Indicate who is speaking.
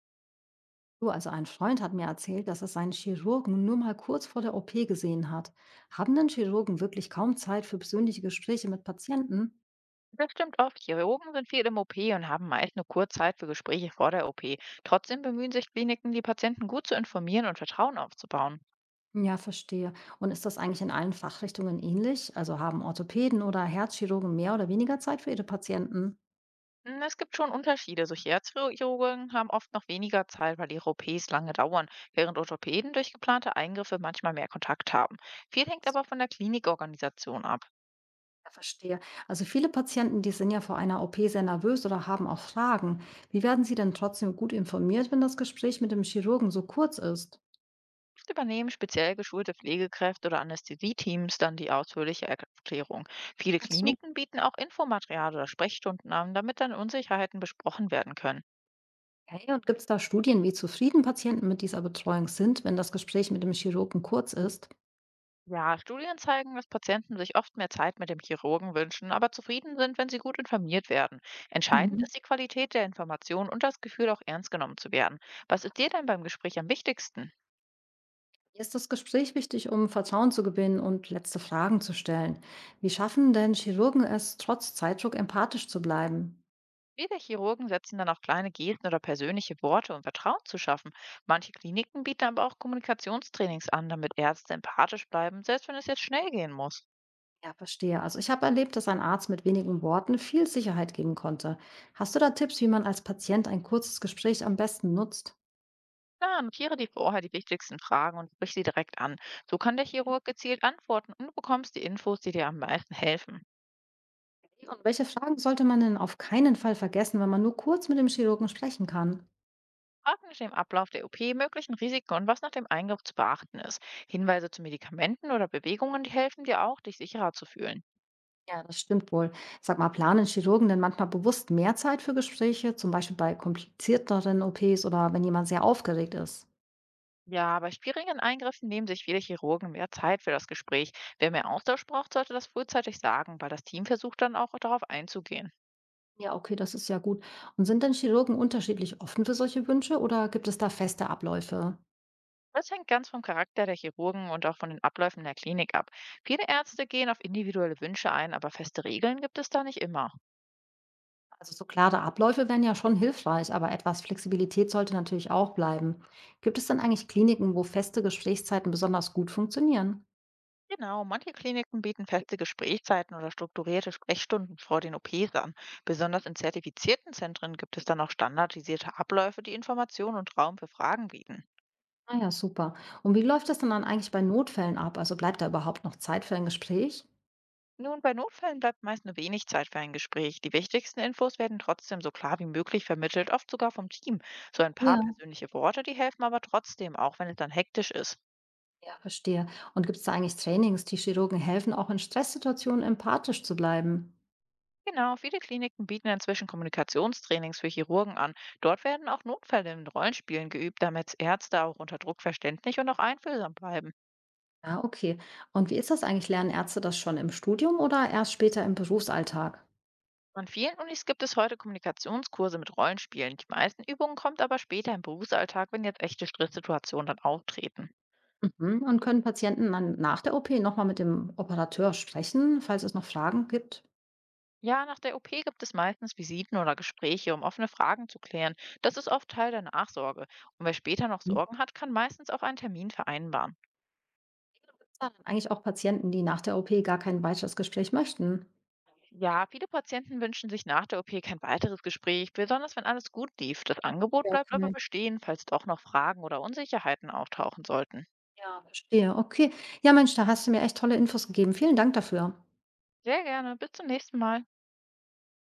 Speaker 1: Du, also ein Freund hat mir erzählt, dass er seinen Chirurgen nur mal kurz vor der OP gesehen hat. Haben denn Chirurgen wirklich kaum Zeit für persönliche Gespräche mit Patienten?
Speaker 2: Das stimmt oft. Chirurgen sind viel im OP und haben meist nur kurz Zeit für Gespräche vor der OP. Trotzdem bemühen sich Kliniken, die Patienten gut zu informieren und Vertrauen aufzubauen.
Speaker 1: Ja, verstehe. Und ist das eigentlich in allen Fachrichtungen ähnlich? Also haben Orthopäden oder Herzchirurgen mehr oder weniger Zeit für ihre Patienten?
Speaker 2: Hm, es gibt schon Unterschiede. So Herzchirurgen haben oft noch weniger Zeit, weil ihre OPs lange dauern, während Orthopäden durch geplante Eingriffe manchmal mehr Kontakt haben. Viel hängt
Speaker 1: So,
Speaker 2: aber von der Klinikorganisation ab.
Speaker 1: Ja, verstehe. Also viele Patienten, die sind ja vor einer OP sehr nervös oder haben auch Fragen. Wie werden sie denn trotzdem gut informiert, wenn das Gespräch mit dem Chirurgen so kurz ist?
Speaker 2: Übernehmen speziell geschulte Pflegekräfte oder Anästhesieteams dann die ausführliche Erklärung. Viele
Speaker 1: Ach so.
Speaker 2: Kliniken bieten auch Infomaterial oder Sprechstunden an, damit dann Unsicherheiten besprochen werden können.
Speaker 1: Okay, und gibt es da Studien, wie zufrieden Patienten mit dieser Betreuung sind, wenn das Gespräch mit dem Chirurgen kurz ist?
Speaker 2: Ja, Studien zeigen, dass Patienten sich oft mehr Zeit mit dem Chirurgen wünschen, aber zufrieden sind, wenn sie gut informiert werden. Entscheidend
Speaker 1: Mhm.
Speaker 2: ist die Qualität der Information und das Gefühl, auch ernst genommen zu werden. Was ist dir denn beim Gespräch am wichtigsten?
Speaker 1: Mir ist das Gespräch wichtig, um Vertrauen zu gewinnen und letzte Fragen zu stellen. Wie schaffen denn Chirurgen es, trotz Zeitdruck empathisch zu bleiben?
Speaker 2: Viele Chirurgen setzen dann auf kleine Gesten oder persönliche Worte, um Vertrauen zu schaffen. Manche Kliniken bieten aber auch Kommunikationstrainings an, damit Ärzte empathisch bleiben, selbst wenn es jetzt schnell gehen muss.
Speaker 1: Ja, verstehe. Also ich habe erlebt, dass ein Arzt mit wenigen Worten viel Sicherheit geben konnte. Hast du da Tipps, wie man als Patient ein kurzes Gespräch am besten nutzt?
Speaker 2: Klar, notiere dir vorher die wichtigsten Fragen und sprich sie direkt an. So kann der Chirurg gezielt antworten und du bekommst die Infos, die dir am meisten helfen.
Speaker 1: Und welche Fragen sollte man denn auf keinen Fall vergessen, wenn man nur kurz mit dem Chirurgen sprechen kann?
Speaker 2: Frag nach dem Ablauf der OP, möglichen Risiken und was nach dem Eingriff zu beachten ist. Hinweise zu Medikamenten oder Bewegungen, die helfen dir auch, dich sicherer zu fühlen.
Speaker 1: Ja, das stimmt wohl. Sag mal, planen Chirurgen denn manchmal bewusst mehr Zeit für Gespräche, zum Beispiel bei komplizierteren OPs oder wenn jemand sehr aufgeregt ist?
Speaker 2: Ja, bei schwierigen Eingriffen nehmen sich viele Chirurgen mehr Zeit für das Gespräch. Wer mehr Austausch braucht, sollte das frühzeitig sagen, weil das Team versucht, dann auch darauf einzugehen.
Speaker 1: Ja, okay, das ist ja gut. Und sind denn Chirurgen unterschiedlich offen für solche Wünsche oder gibt es da feste Abläufe?
Speaker 2: Das hängt ganz vom Charakter der Chirurgen und auch von den Abläufen der Klinik ab. Viele Ärzte gehen auf individuelle Wünsche ein, aber feste Regeln gibt es da nicht immer.
Speaker 1: Also so klare Abläufe wären ja schon hilfreich, aber etwas Flexibilität sollte natürlich auch bleiben. Gibt es denn eigentlich Kliniken, wo feste Gesprächszeiten besonders gut funktionieren?
Speaker 2: Genau, manche Kliniken bieten feste Gesprächszeiten oder strukturierte Sprechstunden vor den OPs an. Besonders in zertifizierten Zentren gibt es dann auch standardisierte Abläufe, die Informationen und Raum für Fragen bieten.
Speaker 1: Ah ja, super. Und wie läuft das denn dann eigentlich bei Notfällen ab? Also bleibt da überhaupt noch Zeit für ein Gespräch?
Speaker 2: Nun, bei Notfällen bleibt meist nur wenig Zeit für ein Gespräch. Die wichtigsten Infos werden trotzdem so klar wie möglich vermittelt, oft sogar vom Team. So ein
Speaker 1: Ja.
Speaker 2: paar persönliche Worte, die helfen aber trotzdem, auch wenn es dann hektisch ist.
Speaker 1: Ja, verstehe. Und gibt es da eigentlich Trainings, die Chirurgen helfen, auch in Stresssituationen empathisch zu bleiben?
Speaker 2: Genau, viele Kliniken bieten inzwischen Kommunikationstrainings für Chirurgen an. Dort werden auch Notfälle in Rollenspielen geübt, damit Ärzte auch unter Druck verständlich und auch einfühlsam bleiben.
Speaker 1: Ja, okay. Und wie ist das eigentlich? Lernen Ärzte das schon im Studium oder erst später im Berufsalltag?
Speaker 2: An vielen Unis gibt es heute Kommunikationskurse mit Rollenspielen. Die meisten Übungen kommt aber später im Berufsalltag, wenn jetzt echte Stresssituationen dann auftreten.
Speaker 1: Mhm. Und können Patienten dann nach der OP nochmal mit dem Operateur sprechen, falls es noch Fragen gibt?
Speaker 2: Ja, nach der OP gibt es meistens Visiten oder Gespräche, um offene Fragen zu klären. Das ist oft Teil der Nachsorge. Und wer später noch
Speaker 1: Mhm.
Speaker 2: Sorgen hat, kann meistens auch einen Termin vereinbaren.
Speaker 1: Gibt's da dann eigentlich auch Patienten, die nach der OP gar kein weiteres Gespräch möchten?
Speaker 2: Ja, viele Patienten wünschen sich nach der OP kein weiteres Gespräch, besonders wenn alles gut lief. Das Angebot
Speaker 1: Ja,
Speaker 2: bleibt aber
Speaker 1: okay.
Speaker 2: bestehen, falls doch noch Fragen oder Unsicherheiten auftauchen sollten.
Speaker 1: Ja, verstehe. Okay. Ja, Mensch, da hast du mir echt tolle Infos gegeben. Vielen Dank dafür.
Speaker 2: Sehr gerne, bis zum nächsten Mal.